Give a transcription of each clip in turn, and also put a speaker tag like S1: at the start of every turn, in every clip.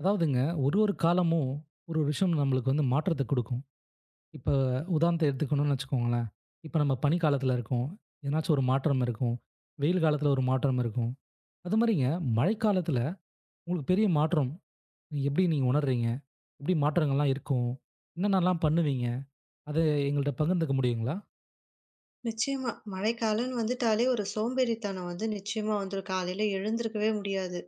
S1: அதாவதுங்க, ஒரு ஒரு காலமும் ஒரு ஒரு விஷயம் நம்மளுக்கு வந்து மாற்றத்த குடுக்கும். இப்ப உதாரணத்த எடுத்துக்கணும்னு வச்சுக்கோங்களேன். இப்ப நம்ம பனிக்காலத்துல இருக்கோம். எதனாச்சும் ஒரு மாற்றம் இருக்கும். வெயில் காலத்துல ஒரு மாற்றம் இருக்கும். அது மாரிங்க மழைக்காலத்துல உங்களுக்கு பெரிய மாற்றம் நீங்க எப்படி உணர்றீங்க? எப்படி மாற்றங்கள்லாம் இருக்கும்? என்னென்னலாம் பண்ணுவீங்க? அத எங்கள்ட்ட பகிர்ந்துக்க முடியுங்களா?
S2: நிச்சயமா. மழைக்காலம்ன்னு வந்துட்டாலே ஒரு சோம்பேறித்தனம் வந்து நிச்சயமா வந்துரும். காலையில எழுந்திருக்கவே முடியாது.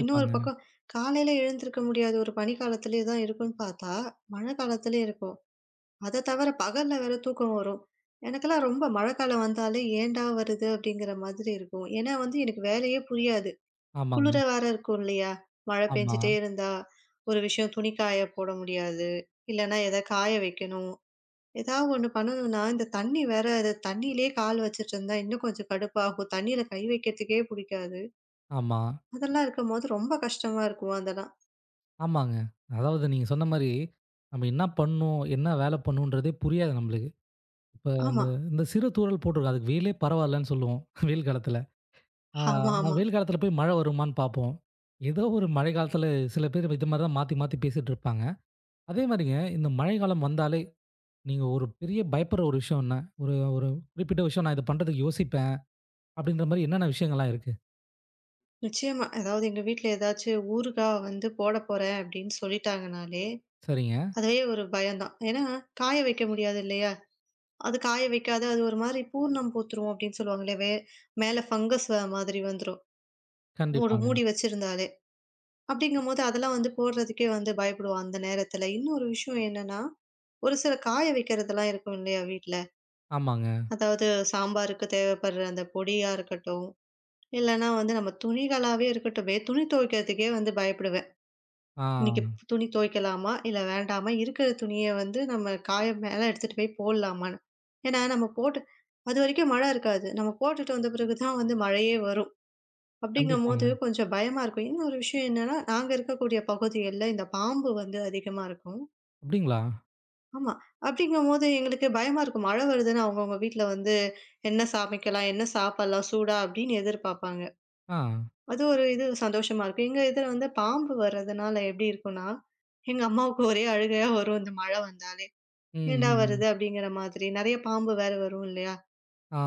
S2: இன்னொரு பக்கம் காலையில எழுந்திருக்க முடியாது. ஒரு பனிக்காலத்திலேயே தான் இருக்கும்ன்னு பார்த்தா, மழை காலத்திலே இருக்கும். அத தவிர பகல்ல வேற தூக்கம் வரும். எனக்கெல்லாம் ரொம்ப மழைக்காலம் வந்தாலே ஏன்டா வருது? அப்படிங்கிற மாதிரி இருக்கும். ஏன்னா வந்து எனக்கு வேலையே புரியாது. குளிர
S1: ஆமாங்க.
S2: வேற இருக்கும் இல்லையா? மழை
S1: ஆமா,
S2: பெஞ்சுட்டே இருந்தா, ஒரு விஷயம் துணி காய போட முடியாது. இல்லன்னா எத காய வைக்கணும். ஏதாவது ஒண்ணு பண்ணணும்னா, இந்த தண்ணி வேற அது தண்ணியிலேயே கால் வச்சுட்டு இருந்தா இன்னும் கொஞ்சம் கடுப்பாகும். தண்ணீல கை வைக்கிறதுக்கே புடிக்காது.
S1: ஆமா,
S2: அதெல்லாம் இருக்கும்போது ரொம்ப கஷ்டமா இருக்கும் அதெல்லாம்.
S1: ஆமாங்க. அதாவது நீங்க சொன்ன மாரி, நம்ம என்ன பண்ணணும்? என்ன வேல பண்ணணுன்றதே புரியாது நம்மளுக்கு. இப்ப
S2: ஆமா.
S1: அந்த இந்த சிறு தூறல் போட்டிருக்கும். அதுக்கு வெயிலே பரவாயில்லன்னு சொல்லுவோம். வெயில் காலத்துல. ஆ,
S2: ஆமாமா.
S1: வெயில் காலத்துல போய் மழை வருமான்னு பார்ப்போம். ஏதோ ஒரு மழை காலத்துல சில பேர் இது மாரி தான் மாத்தி, மாத்தி பேசிட்டு இருப்பாங்க. அதே மாரிங்க இந்த மழைக்காலம் வந்தாலே, நீங்க ஒரு பெரிய பயப்படுற ஒரு விஷயம் என்ன? ஒரு ஒரு குறிப்பிட்ட விஷயம் நான் இத பண்றதுக்கு யோசிப்பேன். அப்படின்ற மாரி என்னென்ன விஷயங்கள்லாம் இருக்கு?
S2: நிச்சயமா. அதாவது எங்க வீட்ல ஏதாச்சும் ஊறுகாய் வந்து போடப் போறேன் அப்படின்னு சொல்லிட்டாங்கனாலே,
S1: சரிங்க.
S2: அதுவே ஒரு பயம்தான். ஏன்னா, காய வைக்க முடியாது இல்லையா? அது காய வைக்காத அது ஒரு மாதிரி பூர்ணம் பூத்துரும் அப்படின்னு சொல்லுவாங்களே, மேல ஃபங்கஸ் வர மாதிரி வந்துரும். ஒரு
S1: கண்டிப்பாங்க.
S2: மூடி வச்சிருந்தாலே. அப்படிங்கும்போது அதெல்லாம் வந்து போடுறதுக்கே வந்து பயப்படுவோம் அந்த நேரத்துல. இன்னொரு விஷயம் என்னன்னா ஒரு சில காய வைக்கிறதெல்லாம் இருக்கும் இல்லையா வீட்ல.
S1: ஆமாங்க.
S2: அதாவது சாம்பாருக்கு தேவைப்படுற அந்த பொடியா இருக்கட்டும், இல்லன்னா வந்து நம்ம துணிகளாவே இருக்கட்டுமே, துணி துவைக்கிறதுக்கே வந்து பயப்படுவேன். இன்னைக்கு
S1: ஆ.
S2: துணி துவைக்கலாமா? இல்ல வேண்டாமா? இருக்கிற துணிய வந்து நம்ம காய மேல எடுத்துட்டு போய் போடலாமான்னு. ஏன்னா நம்ம போட்டு அதுவரைக்கும் மழை இருக்காது. நம்ம போட்டுட்டு வந்த பிறகு தான் வந்து மழையே வரும். அப்படிங்கும்போது
S1: கண்டிப்பாங்க.
S2: கொஞ்சம் பயமா இருக்கும். இன்னொரு விஷயம் என்னன்னா, நாங்க இருக்கக்கூடிய பகுதிகள்ல இந்த பாம்பு வந்து அதிகமா இருக்கும்.
S1: அப்படிங்களா?
S2: ஆமா. அப்படிங்கும்போது எங்களுக்கு பயமா இருக்கும். மழை வருதுன்னு அவங்கவங்க வீட்ல வந்து என்ன சமைக்கலாம்? என்ன சாப்பிடலாம் சூடா? அப்படின்னு எதிர்பார்ப்பாங்க.
S1: ஆ.
S2: அது ஒரு இது சந்தோஷமா இருக்கும். எங்க இதுல வந்து பாம்பு வர்றதுனால எப்படி இருக்கும்னா, எங்க அம்மாவுக்கு ஒரே அழுகையா வரும் இந்த மழை வந்தாலே.
S1: ம்.
S2: ஏன்டா
S1: ம்.
S2: வருது? அப்படிங்கிற மாதிரி. நெறைய பாம்பு வேற வரும் இல்லையா?
S1: ஆ,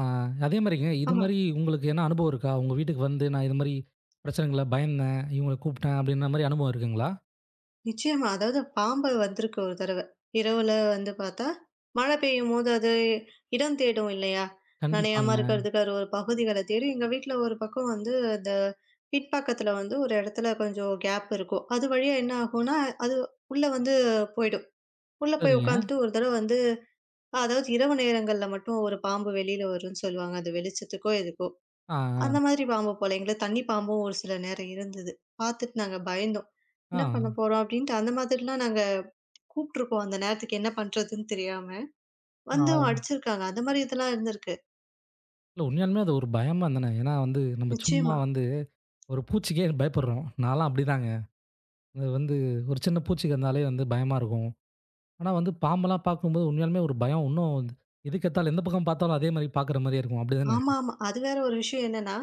S1: அதே மாரிங்க, இது
S2: ஆமா.
S1: மாரி உங்களுக்கு எதனா அனுபவம் இருக்கா? உங்க வீட்டுக்கு வந்து, நான் இது மாரி பிரச்சனைகள்ல பயந்தேன், இவங்கள கூப்பிட்டேன் அப்படின்ற மாரி அனுபவம் இருக்குங்களா?
S2: நிச்சயமா. அதாவது பாம்பு வந்திருக்கு ஒரு தடவ. இரவுல வந்து பார்த்தா, மழை பெய்யும்போது அது இடம் தேடும் இல்லையா? நனையாம
S1: கண்டிப்பாங்க.
S2: இருக்கிறதுக்கு அது ஒரு பகுதிகள தேடி, எங்க வீட்ல ஒரு பக்கம் வந்து அந்த பின்பக்கத்துல வந்து ஒரு இடத்துல கொஞ்சம் கேப் இருக்கும். அது வழியா என்ன ஆகும்னா, அது உள்ள வந்து போயிடும். உள்ள போய்
S1: சரிங்க.
S2: உட்காந்துட்டு ஒரு தடவ வந்து அதாவது இரவு நேரங்கள்ல மட்டும் ஒரு பாம்பு வெளியில வரும்ன்னு சொல்லுவாங்க. அது வெளிச்சத்துக்கோ எதுக்கோ.
S1: ஆ,
S2: அந்த மாதிரி பாம்பு போல எங்களுக்கு தண்ணி பாம்பும் ஒரு சில நேரம் இருந்தது. பார்த்துட்டு நாங்க பயந்தோம்.
S1: ஆ,
S2: என்ன பண்ண போறோம்? அப்படின்ட்டு அந்த மாதிரிலாம் நாங்க கூப்ட்டுருக்கோம். அந்த நேரத்துக்கு என்ன பண்றதுன்னு தெரியாம.
S1: ஆ,
S2: வந்தும்
S1: ஆ.
S2: அடிச்சிருக்காங்க. அந்த மாரி இதெல்லாம் இருந்திருக்கு.
S1: இல்ல உண்மையாலுமே அது ஒரு பயம் தானே. ஏன்னா வந்து நம்ம சும்மா
S2: நிச்சயமா.
S1: வந்து ஒரு பூச்சிக்கே பயப்படுறோம். நான்லாம் அப்படிதாங்க. அது வந்து ஒரு சின்ன பூச்சிக்கு இருந்தாலே வந்து பயமா இருக்கும். ஆனா வந்து பாம்பெல்லாம் பார்க்கும்போது உண்மையாலுமே ஒரு பயம் இன்னும் எதுக்கெடுத்தாலும் எந்த பக்கம் பார்த்தாலும் அதே மாரி பார்க்குற மாரியே இருக்கும். அப்படிதானே?
S2: ஆமா, ஆமா. அது வேற ஒரு விஷயம் என்னன்னா,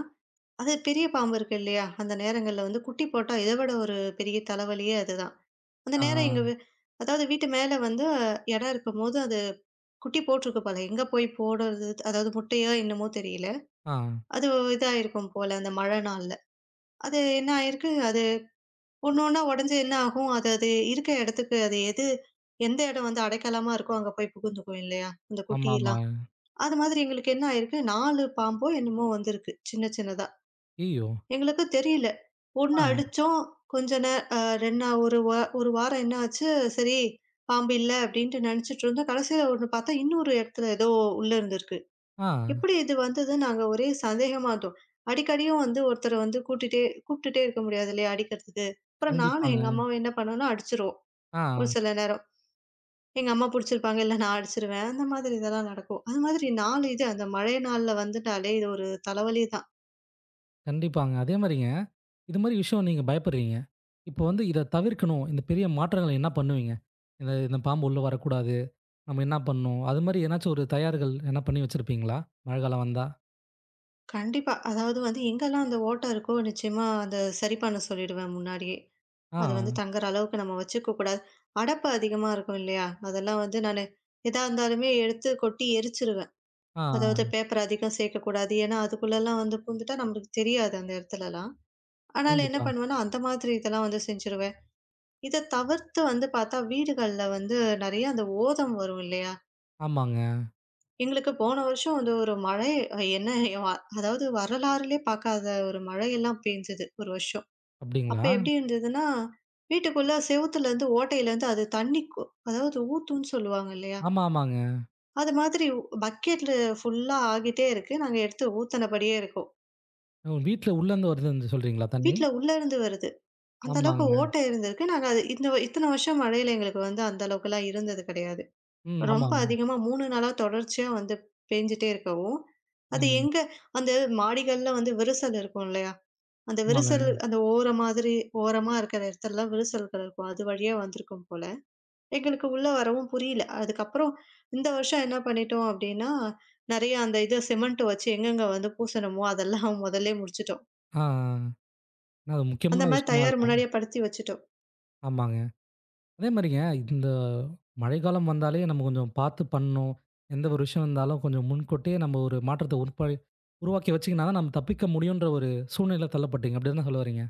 S2: அது பெரிய பாம்பு இருக்கு இல்லையா? அந்த நேரங்கள்ல வந்து குட்டி போட்டா இத விட ஒரு பெரிய தலைவலியே அதுதான். அந்த
S1: ஆ,
S2: நேரம் எங்க வி அதாவது வீட்டு மேல வந்து இடம் இருக்கும்போது, அது குட்டி போட்டிருக்கு போல. எங்க போய் போடுறது? அதாவது முட்டையோ என்னமோ தெரியல.
S1: ஆ, ஆ.
S2: அது இதாயிருக்கும் போல அந்த மழை நாள்ல. அது என்ன ஆயிருக்கு? அது ஒண்ணு ஒண்ணா உடைஞ்சு என்ன ஆகும்? அது அது இருக்க இடத்துக்கு அது எது எந்த இடம் வந்து அடைக்கலமா இருக்கோ, அங்க போய் புகுந்துக்கும் இல்லையா? இந்த
S1: ஆமாமா.
S2: குட்டியெல்லாம். அது மாதிரி எங்களுக்கு என்ன ஆயிருக்கு, 4 பாம்போ என்னமோ வந்திருக்கு, சின்ன சின்னதா.
S1: ஐயய்யோ!
S2: எங்களுக்கு தெரியல. ஒண்ணு
S1: ஆ,
S2: அடிச்சோம். கொஞ்ச நே அ 2 ஒரு வா 1 வாரம் என்ன ஆச்சு, சரி பாம்பு இல்ல அப்டின்ட்டு நெனச்சுட்டு இருந்தோம். கடைசியில ஒண்ணு பார்த்தா, இன்னொரு இடத்துல ஏதோ உள்ள இருந்திருக்கு.
S1: ஆ.
S2: எப்படி இது வந்தது? நாங்க ஒரே சந்தேகமா இருந்தோம். அடிக்கடியும் வந்து ஒருத்தர வந்து கூட்டிட்டே கூப்பிட்டுட்டே இருக்க முடியாது இல்லையா? அடிக்கிறதுக்கு. அப்புறம் நானும் எங்க
S1: கண்டிப்பாங்க.
S2: அம்மாவும் என்ன பண்ணோம்னா, அடிச்சுருவோம்.
S1: ஆ.
S2: ஒரு சில நேரம். எங்க அம்மா புடிச்சிருப்பாங்க. இல்ல நான் அடிச்சுருவேன். அந்த மாதிரி இதெல்லாம் நடக்கும். அது மாதிரி 4 இது அந்த மழை நாள்ல வந்துட்டாலே இது ஒரு தலைவலி தான்.
S1: கண்டிப்பாங்க. அதே மாரிங்க, இது மாரி விஷயம் நீங்க பயப்படுறீங்க. இப்போ வந்து இத தவிர்க்கணும். இந்த பெரிய மாற்றங்கள் என்ன பண்ணுவீங்க? இந்த இந்த பாம்பு உள்ள வரக்கூடாது. நம்ம என்ன பண்ணணும்? அது மாரி ஏதனாச்சும் ஒரு தயார்கள் எதனா பண்ணி வச்சிருப்பீங்களா? மழை காலம் வந்தா?
S2: கண்டிப்பா. அதாவது வந்து எங்கெல்லாம் அந்த ஓட்டை இருக்கோ, நிச்சயமா அத சரி பண்ண சொல்லிடுவேன் முன்னாடியே.
S1: ஆ,
S2: அது வந்து தங்குற அளவுக்கு நம்ம வச்சுக்க கூடாது. அடப்பு அதிகமா இருக்கும் இல்லையா? அதெல்லாம் வந்து நானு எதா இருந்தாலுமே எடுத்து கொட்டி எரிச்சுருவேன். அதாவது
S1: ஆ,
S2: பேப்பர் அதிகம் சேர்க்கக்கூடாது. ஏன்னா, அதுக்குள்ளலாம் வந்து பூந்துட்டா நம்மளுக்கு தெரியாது அந்த இடத்துலலாம். ஆனாலும் என்ன
S1: கண்டிப்பா.
S2: பண்ணுவேன்னா, அந்த மாதிரி இதெல்லாம் வந்து செஞ்சுருவேன். இத தவிர்த்து வந்து பார்த்தா, வீடுகள்ல வந்து நெறைய அந்த ஓதம் வரும் இல்லையா?
S1: ஆமாங்க.
S2: எங்களுக்கு போன வருஷம் வந்து ஒரு மழை அதாவது வரலாறுலயே பார்க்காத ஒரு மழையெல்லாம் பேஞ்சது ஒரு வருஷம். அப்ப
S1: அப்டிங்களா?
S2: எப்படி இருந்ததுன்னா, வீட்டுக்குள்ள செவுத்துலருந்து, ஓட்டையிலருந்து அது தண்ணி கொ அதாவது ஊத்தும்ன்னு சொல்லுவாங்க இல்லையா?
S1: ஆமா, ஆமாங்க.
S2: அது மாதிரி பக்கெட்ல ஃபுல்லா ஆகிட்டே இருக்கு. நாங்க எடுத்து ஊத்துனபடியே இருக்கோம்.
S1: ஓ, வீட்ல உள்ளருந்து வருதுன்னு சொல்றீங்களா தண்ணி?
S2: வீட்ல உள்ள இருந்து வருது. அந்த அளவுக்கு
S1: ஆமாங்க.
S2: ஓட்டை இருந்திருக்கு. நாங்க அது இந்த இத்தன வருஷம் மழையில எங்களுக்கு வந்து அந்த அளவுக்குலாம் இருந்தது கிடையாது.
S1: ம்.
S2: ரொம்ப
S1: ஆமாங்க.
S2: அதிகமா 3 நாளா தொடர்ச்சியா வந்து பேஞ்சுட்டே இருக்கவும், அது
S1: ம்.
S2: எங்க அந்த மாடிகள்ல வந்து விரிசல் இருக்கும் இல்லையா? அந்த
S1: ஆமாங்க. ஆ,
S2: விரிசல்
S1: ஆமாங்க.
S2: அந்த ஓர மாதிரி ஓரமா இருக்கிற இடத்துலலாம் விரிசல்கள் இருக்கும். அது வழியா வந்திருக்கும் போல. எங்களுக்கு உள்ள வரவும் புரியல. அதுக்கப்புறம் இந்த வருஷம் என்ன பண்ணிட்டோம் அப்டின்னா, நெறைய அந்த இத சிமெண்ட் வச்சு எங்கெங்க வந்து பூசணுமோ அதெல்லாம் முதல்லயே முடிச்சுட்டோம்.
S1: ஆ. ஆ. ஏன்னா அது
S2: அந்த
S1: முக்கியமான
S2: மாரி
S1: விஷயமா
S2: தயார்
S1: இருக்கும்.
S2: முன்னாடியே படுத்தி வச்சுட்டோம்.
S1: ஆமாங்க. அதே மாரிங்க, இந்த மழைக்காலம் வந்தாலே நம்ம கொஞ்சம் பார்த்து பண்ணணும். எந்த ஒரு விஷயம் இருந்தாலும் கொஞ்சம் முன்கூட்டியே நம்ம ஒரு மாற்றத்த உருவாக்கி வச்சுக்கினா தான் நம்ம தப்பிக்க முடியுன்ற ஒரு சூழ்நிலையில தள்ளப்பட்டீங்க. அப்படி தான சொல்ல வர்றீங்க?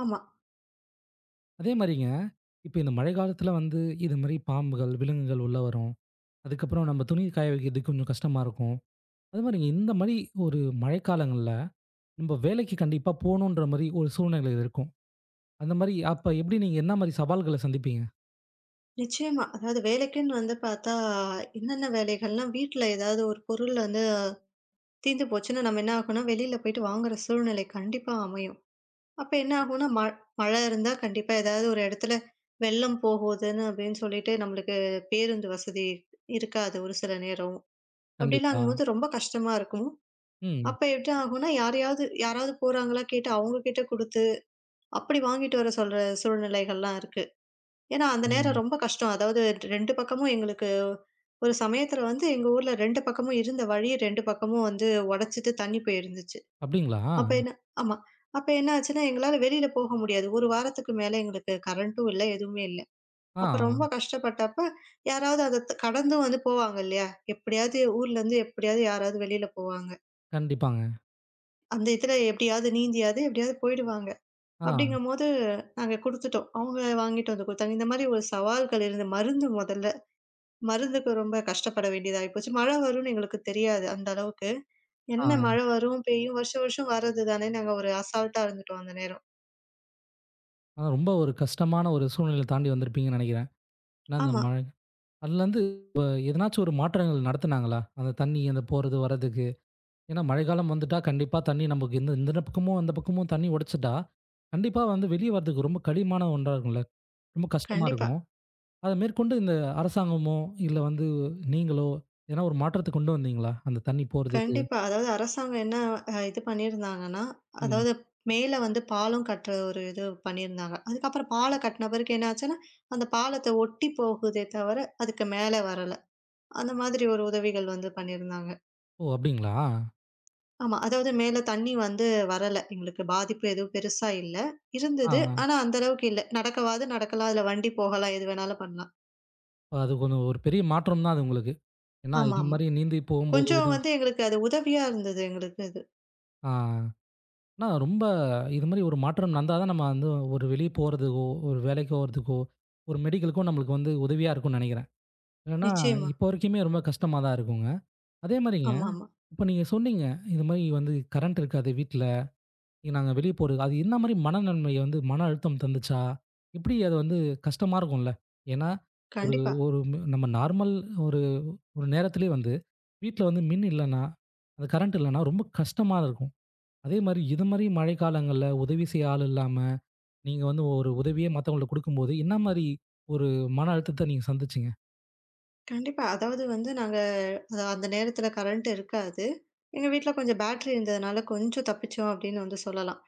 S2: ஆமா.
S1: அதே மாரிங்க, இப்ப இந்த மழை காலத்துல வந்து இது மாரி பாம்புகள், விலங்குகள் உள்ள வரும். அதுக்கப்புறம் நம்ம துணி காய வைக்கிறதுக்கு கொஞ்சம் கஷ்டமா இருக்கும். அது மாரிங்க இந்த மாரி ஒரு மழைக்காலங்கள்ல நம்ம வேலைக்கு கண்டிப்பா போணுன்ற மாரி ஒரு சூழ்நிலை இருக்கும். அந்த மாரி அப்ப எப்படி நீங்க என்ன மாரி சவால்கள சந்திப்பீங்க?
S2: நிச்சயமா. அதாவது வேலைக்குன்னு வந்து பார்த்தா, என்னென்ன வேலைகள்லாம் வீட்ல ஏதாவது ஒரு பொருள் வந்து தீந்து போச்சுன்னா, நம்ம என்ன ஆகும்னா, வெளியில போயிட்டு வாங்குற சூழ்நிலை கண்டிப்பா அமையும். அப்ப என்ன ஆகும்னா, மழை இருந்தா கண்டிப்பா ஏதாவது ஒரு இடத்துல வெள்ளம் போகுதுன்னு அப்படின்னு சொல்லிட்டு நம்மளுக்கு பேருந்து வசதி இருக்காது ஒரு சில நேரம்.
S1: கண்டிப்பா.
S2: அப்படிலாங்கும்போது ரொம்ப கஷ்டமா இருக்கும்.
S1: ம்.
S2: அப்ப எப்படி ஆகும்னா, யாரையாவது யாராவது போறாங்களா கேட்டு அவங்க கிட்ட குடுத்து, அப்படி வாங்கிட்டு வர சொல்ற சூழ்நிலைகள்லாம் இருக்கு. ஏன்னா, அந்த நேரம்
S1: ம்.
S2: ரொம்ப கஷ்டம். அதாவது 2 பக்கமும் எங்களுக்கு ஒரு சமயத்துல வந்து எங்க ஊர்ல 2 பக்கமும் இருந்த வழி 2 பக்கமும் வந்து உடைச்சிட்டு தண்ணி போயிருந்துச்சு.
S1: அப்படிங்களா?
S2: அப்ப என்ன ஆமா. அப்ப என்ன ஆச்சுன்னா, எங்களால வெளியில போக முடியாது. 1 வாரத்துக்கு மேல எங்களுக்கு கரண்ட்டும் இல்ல, எதுவுமே இல்ல. அப்ப
S1: ஆ.
S2: ரொம்ப கஷ்டப்பட்டப்ப, யாராவது அத த் கடந்தும் வந்து போவாங்க இல்லையா? எப்படியாவது ஊர்லருந்து எப்படியாவது யாராவது வெளியில போவாங்க.
S1: கண்டிப்பாங்க.
S2: அந்த இதுல எப்படியாவது நீந்தியாவது எப்படியாவது போயிடுவாங்க.
S1: ஆ,
S2: அப்படிங்கும்போது நாங்க குடுத்துட்டோம். அவங்க வாங்கிட்டு வந்து குடுத்தாங்க. இந்த மாரி ஒரு சவால்கள் இருந்து மருந்து மொதல்ல. மருந்துக்கு ரொம்ப கஷ்டப்பட வேண்டியதாயி போச்சு. மழை வரும்னு எங்களுக்கு தெரியாது அந்த அளவுக்கு. என்ன
S1: ஆ.
S2: மழை வரும், பெய்யும், வருஷம் வருஷம் வர்றது தானே! நாங்க ஒரு அசால்ட்டா இருந்துட்டோம் அந்த நேரம்.
S1: ஆனா ரொம்ப ஒரு கஷ்டமான ஒரு சூழ்நிலைய தாண்டி வந்திருப்பீங்கன்னு நெனைக்கிறேன். ஏன்னா அந்த
S2: ஆமா.
S1: மழை அதுலருந்து எதனாச்சும் ஒரு மாற்றங்கள் நடத்துனாங்களா? அந்த தண்ணி அந்த போறது வரதுக்கு. ஏன்னா மழைக்காலம் வந்துட்டா கண்டிப்பா தண்ணி நமக்கு இந்த இந்த பக்கமும் அந்த பக்கமும் தண்ணி உடைச்சுட்டா, கண்டிப்பா வந்து வெளிய வரதுக்கு ரொம்ப கடினமான ஒன்றா இருக்கும்ல. ரொம்ப கஷ்டமா
S2: கண்டிப்பா,
S1: இருக்கும். அத மேற்கொண்டு இந்த அரசாங்கமோ, இல்ல வந்து நீங்களோ, எதனா ஒரு மாற்றத்த கொண்டு வந்தீங்களா? அந்த தண்ணி போறதுக்கு.
S2: கண்டிப்பா. அதாவது அரசாங்கம் என்ன அ இது பண்ணியிருந்தாங்கன்னா,
S1: ம்.
S2: அதாவது மேல வந்து பாலம் கட்டுற ஒரு இது பண்ணியிருந்தாங்க. அதுக்கப்புறம் பாலம் கட்டின பிறகு என்ன ஆச்சுன்னா, அந்த பாலத்த ஒட்டி போகுதே தவிர, அதுக்கு மேல வரல. அந்த மாதிரி ஒரு உதவிகள் வந்து பண்ணியிருந்தாங்க.
S1: ஓ! அப்டிங்களா?
S2: ஆமா. அதாவது மேல தண்ணி வந்து வரல. எங்களுக்கு பாதிப்பு எதுவும் பெருசா இல்ல.
S1: ஆ,
S2: இருந்தது.
S1: ஆ.
S2: ஆனா அந்த அளவுக்கு இல்ல. நடக்கவாது நடக்கலாம். அதுல வண்டி போகலாம். எது வேணாலும் பண்ணலாம்.
S1: அது கொஞ்சம் ஒரு பெரிய மாற்றம் தான் அது உங்களுக்கு. ஏன்னா, இது
S2: ஆமாமா.
S1: மாரி நீந்தி போகும்போது
S2: கொஞ்சம்
S1: உதவி
S2: வந்து எங்களுக்கு அது உதவியா இருந்தது எங்களுக்கு அது.
S1: ஆ, ஆனா ரொம்ப இது மாரி ஒரு மாற்றம் நடந்தா தான் நம்ம வந்து ஒரு வெளிய போறதுக்கோ, ஒரு வேலைக்கு போறதுக்கோ, ஒரு மெடிக்கலுக்கோ நம்மளுக்கு வந்து உதவியா இருக்கும்னு நெனைக்கிறேன். ஏன்னா,
S2: நிச்சயமா.
S1: இப்போ வரைக்குமே ரொம்ப கஷ்டமா தான் இருக்குங்க. அதே மாரிங்க,
S2: ஆமாமா.
S1: இப்ப நீங்க சொன்னீங்க, இது மாரி வந்து கரண்ட் இருக்காது வீட்ல. நாங்க வெளிய போறதுக்கு அது என்ன மாரி மனநன்மைய வந்து மன அழுத்தம் தந்துச்சா? எப்படி அது வந்து கஷ்டமா இருக்கும்ல. ஏன்னா, ஒரு
S2: கண்டிப்பா,
S1: ஒரு நம்ம நார்மல் ஒரு ஒரு நேரத்திலே வந்து வீட்ல வந்து மின் இல்லன்னா, அந்த கரண்ட் இல்லன்னா ரொம்ப கஷ்டமா இருக்கும். அதே மாரி இது மாரி மழைக்காலங்கள்ல உதவி செய்ய ஆள் இல்லாம, நீங்க வந்து ஒரு உதவியே மத்தவங்களுக்கு குடுக்கும்போது, என்ன மாரி ஒரு மன அழுத்தத்த நீங்க சந்திச்சீங்க?
S2: கண்டிப்பா. அதாவது வந்து நாங்க அந்த நேரத்துல கரண்ட் இருக்காது. எங்க வீட்ல கொஞ்சம் பேட்டரி இருந்ததுனால கொஞ்சம் தப்பிச்சோம் அப்படின்னு வந்து சொல்லலாம்.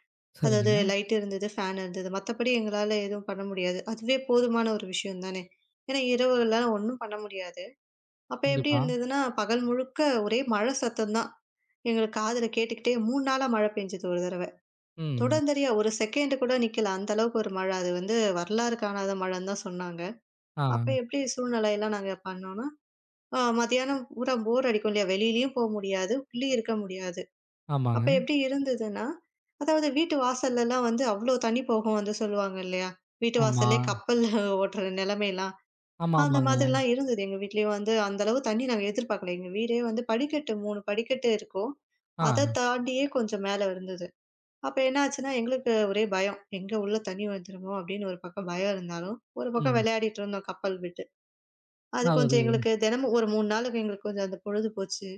S2: அதாவது
S1: சரிங்க.
S2: லைட் இருந்தது, ஃபேன் இருந்தது. மத்தபடி எங்களால எதுவும் பண்ண முடியாது. அதுவே போதுமான ஒரு விஷயம் தானே! ஏன்னா இரவுகள்லாம் ஒண்ணும் பண்ண முடியாது. அப்ப எப்படி
S1: கண்டிப்பா.
S2: இருந்ததுன்னா, பகல் முழுக்க ஒரே மழை சத்தம் தான். எங்களுக்கு காதுல கேட்டுக்கிட்டே 3 நாளா மழை பெஞ்சது ஒரு தடவ.
S1: ம்.
S2: தொடர்ந்தறியா ஒரு செகண்ட் கூட நிக்கல. அந்த அளவுக்கு ஒரு மழை. அது வந்து வரலாறு காணாத மழைன்னு தான் சொன்னாங்க. அப்ப
S1: ஆ.
S2: எப்படி சூழ்நிலையெல்லாம் நாங்க பண்ணோம்னா, மத்தியானம் பூரா போர் அடிக்கும் இல்லையா? வெளியிலயும் போ முடியாது. உள்ளயும் இருக்க முடியாது. அப்ப
S1: ஆமாங்க.
S2: எப்படி இருந்ததுன்னா, அதாவது வீட்டு வாசல்லலாம் வந்து அவ்ளோ தண்ணி போகும் வந்து சொல்லுவாங்க இல்லையா? வீட்டு
S1: ஆமா.
S2: வாசல்லயே கப்பல் ஓட்டுற நிலைமைலாம்.
S1: ஆமா,
S2: அந்த
S1: ஆமாங்க.
S2: மாதிரிலாம் இருந்தது. எங்க வீட்லயும் வந்து அந்த அளவு தண்ணி நாங்க எதிர்பார்க்கல. எங்க வீடே வந்து படிக்கட்டு 3 படிக்கட்டு இருக்கும்.
S1: ஆ.
S2: அத தாண்டியே கொஞ்சம் மேல இருந்தது. அப்ப என்ன ஆச்சுன்னா, எங்களுக்கு ஒரே பயம். எங்க உள்ள தண்ணீ வந்துருமோ! அப்டின்னு ஒரு பக்கம் பயம் இருந்தாலும், ஒரு பக்கம்
S1: ம்.
S2: விளையாடிட்டு இருந்தோம் கப்பல் விட்டு. அது
S1: ஆனா ஒரு
S2: கொஞ்சம் எங்களுக்கு தினமும் ஒரு 3 நாளுக்கு எங்களுக்கு கொஞ்சம் அந்த பொழுது போச்சு.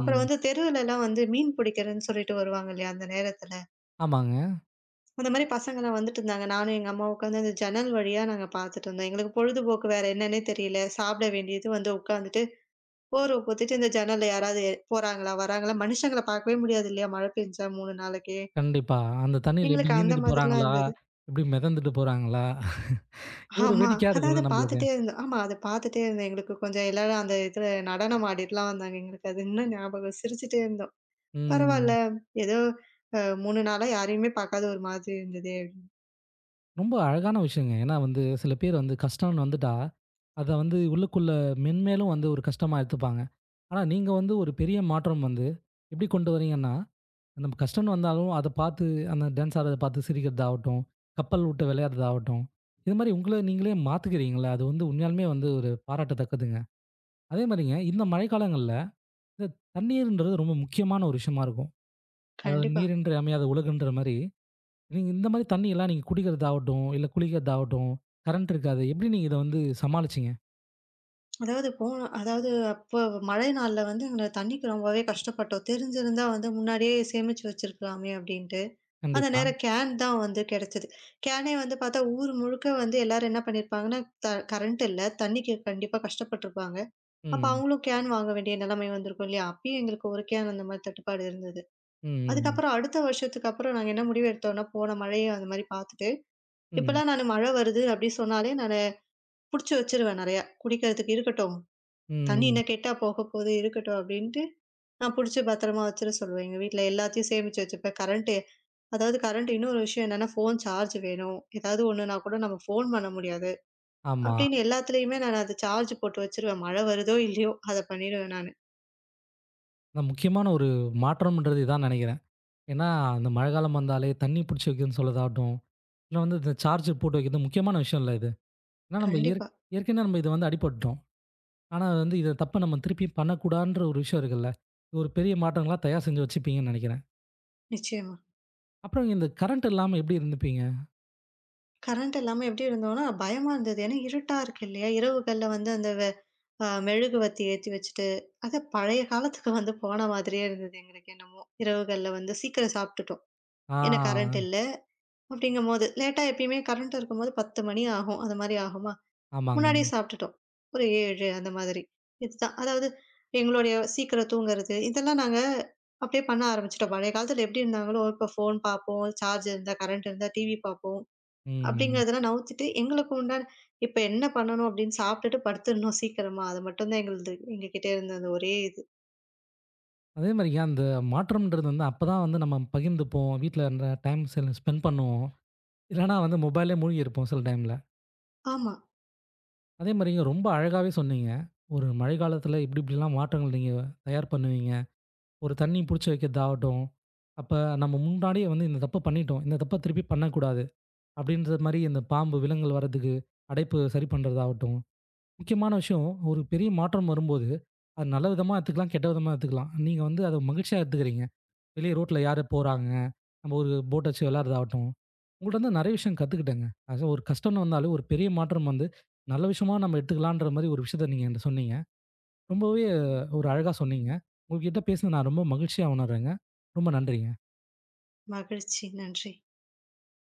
S2: அப்புறம் வந்து தெருவுலலாம் வந்து மீன் பிடிக்கிறேன்னு சொல்லிட்டு வருவாங்க இல்லையா? அந்த நேரத்துல.
S1: ஆமாங்க.
S2: அந்த மாரி பசங்கலாம் வந்துட்டு இருந்தாங்க. நானும் எங்க அம்மாவும் உட்காந்து அந்த ஜன்னல் வழியா நாங்க பார்த்துட்டு இருந்தோம். எங்களுக்கு பொழுதுபோக்கு வேற என்னன்னே தெரியல. சாப்பிட வேண்டியது வந்து உட்காந்துட்டு, போர்வ போத்திட்டு இந்த ஜன்னல்ல யாராவது போறாங்களா? வராங்களா? மனுஷங்கள பார்க்கவே முடியாது இல்லையா? மழை பெஞ்சா 3 நாளைக்கு.
S1: கண்டிப்பா. அந்த தண்ணீல எப்டி
S2: எங்களுக்கு அந்த
S1: நீந்துட்டு
S2: மாதிரிலாம்
S1: போறாங்களா?
S2: இருந்தது.
S1: எப்டி மிதந்துட்டு போறாங்களா? ஒரு
S2: ஆமா.
S1: வேடிக்கையா
S2: அதாவது
S1: இருக்கும்ல நம்மளுக்கு.
S2: பாத்துட்டே இருந்தோம். ஆமா. அத பாத்துட்டே இருந்தோம். எங்களுக்கு கொஞ்சம் எல்லாரும் அந்த இதுல நடனம் ஆடிட்டுலாம் வந்தாங்க. எங்களுக்கு அது இன்னும் ஞாபகம். சிரிச்சுட்டே இருந்தோம். பரவால்ல.
S1: ம்.
S2: ஏதோ அ 3 நாளா யாரையுமே பாக்காத ஒரு மாதிரி இருந்ததே! அப்படின்னு.
S1: ரொம்ப அழகான விஷயங்க. ஏன்னா வந்து சில பேர் வந்து கஷ்டம்னு வந்துட்டா, அத வந்து உள்ளுக்குள்ள மென்மேலும் வந்து ஒரு கஷ்டமா எடுத்துப்பாங்க. ஆனா நீங்க வந்து ஒரு பெரிய மாற்றம் வந்து எப்டி கொண்டு வரீங்கன்னா, நம்ம கஷ்டம்னு வந்தாலும் அத பார்த்து அந்த டான்ஸ் ஆடுறத பார்த்து சிரிக்கிறதாகட்டும், கப்பல் விட்டு விளையாடுறதாகட்டும், இது மாரி உங்கள நீங்களே மாத்திக்கிறீங்கள்ல, அது வந்து உண்மையாலுமே வந்து ஒரு பாராட்டத்தக்கதுங்க. அதே மாரிங்க இந்த மழைக்காலங்கள்ல இந்த தண்ணீர்ன்றது ரொம்ப முக்கியமான ஒரு விஷயமா இருக்கும். அதாவது
S2: கண்டிப்பா.
S1: நீரின்றி அமையாத உலகுன்ற மாரி, நீங்க இந்த மாரி தண்ணியெல்லாம் நீங்க குடிக்கிறதாகட்டும், இல்ல குளிக்கிறதாகட்டும், கரண்ட் இருக்காது. எப்படி நீங்க இத வந்து சமாளிச்சீங்க?
S2: அதாவது போனோம் அதாவது அப்போ மழை நாள்ல வந்து எங்க தண்ணிக்கு ரொம்பவே கஷ்டப்பட்டோம். தெரிஞ்சிருந்தா வந்து முன்னாடியே சேமிச்சு வச்சிருக்கலாமே அப்டின்ட்டு. அந்த
S1: கண்டிப்பா.
S2: நேரம் கேன் தான் வந்து கெடைச்சது. கேனே வந்து பாத்தா ஊர் முழுக்க வந்து எல்லாரும் என்ன பண்ணியிருப்பாங்கன்னா, த கரண்ட் இல்ல. தண்ணிக்கு கண்டிப்பா கஷ்டப்பட்டுருப்பாங்க. அப்ப
S1: ம்.
S2: அவங்களும் கேன் வாங்க வேண்டிய நிலைமை வந்திருக்கும் இல்லையா? அப்பயும் எங்களுக்கு 1 கேன் அந்த மாரி தட்டுப்பாடு இருந்தது.
S1: ம். ம்.
S2: அதுக்கப்புறம் அடுத்த வருஷத்துக்கு அப்புறம் நாங்க என்ன முடிவு எடுத்தோம்னா, போன மழைய அந்த மாரி பார்த்துட்டு,
S1: ம்.
S2: இப்பலாம் நானு மழை வருது அப்டி சொன்னாலே நானு புடிச்சு வச்சுருவேன் நெறையா. குடிக்கிறதுக்கு இருக்கட்டும். தண்ணி
S1: ம்.
S2: இன்னும் கெட்டா போக போகுது இருக்கட்டும் அப்டின்ட்டு, நான் புடிச்சு பத்திரமா வச்சுர சொல்லுவேன். எங்க வீட்ல எல்லாத்தையும் சேமிச்சு வச்சுப்பேன். அதாவது கரண்ட் இன்னொரு விஷயம் என்னன்னா, ஃபோன் சார்ஜ் வேணும். ஏதாவது ஒண்ணுனா கூட நம்ம ஃபோன் பண்ண முடியாது.
S1: ஆமா.
S2: அப்டின்னு எல்லாத்துலயுமே நான் அத சார்ஜ் போட்டு வச்சுருவேன். மழை வருதோ இல்லையோ அத பண்ணிடுவேன் நானு.
S1: அதான் முக்கியமான ஒரு மாற்றம்ன்றது இதான் நெனைக்கிறேன். ஏன்னா, இந்த மழைக்காலம் வந்தாலே தண்ணி புடிச்சு வைக்கணும்னு சொல்றதாகட்டும், இல்ல வந்து இந்த சார்ஜர் போட்டு வைக்கிறது முக்கியமான விஷயம் இல்ல இது. ஏன்னா நம்ம ஏற்
S2: கண்டிப்பா.
S1: ஏற்கனவே நம்ம இத வந்து அடிபட்டுட்டோம். ஆனா வந்து இத தப்ப நம்ம திருப்பி பண்ணக்கூடாதுன்ற ஒரு விஷயம் இருக்குல்ல. இது ஒரு பெரிய மாற்றங்களா தயார் செஞ்சு வச்சுப்பீங்கன்னு நெனைக்கிறேன்.
S2: நிச்சயமா.
S1: அப்புறம் இந்த கரண்ட் இல்லாம எப்படி இருந்துப்பீங்க?
S2: கரண்ட் இல்லாம எப்படி இருந்தோம்னா, பயமா இருந்தது. ஏன்னா இருட்டா இருக்கு இல்லையா? இரவுகள்ல வந்து அந்த வெ அ மெழுகுவர்த்தி ஏத்தி வச்சுட்டு, அது பழைய காலத்துக்கு வந்து போன மாதிரியே இருந்தது எங்களுக்கு என்னமோ. இரவுகள்ல வந்து சீக்கிரம் சாப்பிட்டுட்டோம். ஏன்னா கரண்ட்
S1: ஆ,
S2: இல்ல. அப்படிங்கும்போது லேட்டா எப்பயுமே கரண்ட் இருக்கும்போது 10 மணி ஆகும். அந்த மாரி ஆகுமா?
S1: ஆமாங்க.
S2: முன்னாடியே சாப்பிட்டுட்டோம். ஒரு 7 அந்த மாதிரி. இதுதான். அதாவது எங்களுடைய சீக்கிரம் தூங்குறது, இதெல்லாம் நாங்க அப்படியே பண்ண ஆரம்பிச்சுட்டோம். பழைய காலத்துல எப்படி இருந்தாங்களோ, இப்போ ஃபோன் பார்ப்போம், சார்ஜ் இருந்தா, கரண்ட் இருந்தா டிவி பார்ப்போம்.
S1: ம்.
S2: அப்படிங்கிறதெல்லாம் நவுத்திட்டு, எங்களுக்கு உண்டான இப்ப என்ன பண்ணணும் அப்படின்னு சாப்பிட்டுட்டு படுத்துடணும் சீக்கிரமா. அது மட்டும் தான் எங்களுது எங்ககிட்ட இருந்த அந்த ஒரே இது.
S1: அதே மாரிங்க அந்த மாற்றம்ன்றது வந்து அப்பதான் வந்து நம்ம பகிர்ந்துப்போம். வீட்ல அந்த டைம் செல் ஸ்பெண்ட் பண்ணுவோம். இல்லன்னா வந்து மொபைல்லே மூழ்கி இருப்போம் சில டைம்ல.
S2: ஆமா.
S1: அதே மாரிங்க ரொம்ப அழகாவே சொன்னீங்க. ஒரு மழை காலத்துல இப்படி இப்படிலாம் மாற்றங்கள் நீங்க தயார் பண்ணுவீங்க. ஒரு தண்ணி புடிச்சு வைக்கிறதாகட்டும். அப்ப நம்ம முன்னாடியே வந்து இந்த தப்ப பண்ணிட்டோம். இந்த தப்ப திருப்பி பண்ணக்கூடாது. அப்படின்ற மாரி இந்த பாம்பு, விலங்குகள் வரதுக்கு அடைப்பு சரி பண்றதாகட்டும். முக்கியமான விஷயம், ஒரு பெரிய மாற்றம் வரும்போது, அது நல்ல விதமா எடுத்துக்கலாம், கெட்ட விதமா எடுத்துக்கலாம். நீங்க வந்து அத மகிழ்ச்சியா எடுத்துக்கிறீங்க. வெளிய ரோட்ல யாரு போறாங்க, நம்ம ஒரு போட் வச்சு விளையாடுறதாகட்டும், உங்கள்ட்ட வந்து நெறைய விஷயம் கத்துக்கிட்டேங்க. அது ஒரு கஷ்டம்னு வந்தாலே ஒரு பெரிய மாற்றம் வந்து, நல்ல விஷயமா நம்ம எடுத்துக்கலான்ற மாரி ஒரு விஷயத்த நீங்க என்ட்ட சொன்னீங்க. ரொம்பவே ஒரு அழகா சொன்னீங்க. உங்ககிட்ட பேசினது நான் ரொம்ப மகிழ்ச்சியா உணர்றேங்க. ரொம்ப நன்றிங்க.
S2: மகிழ்ச்சி. நன்றி.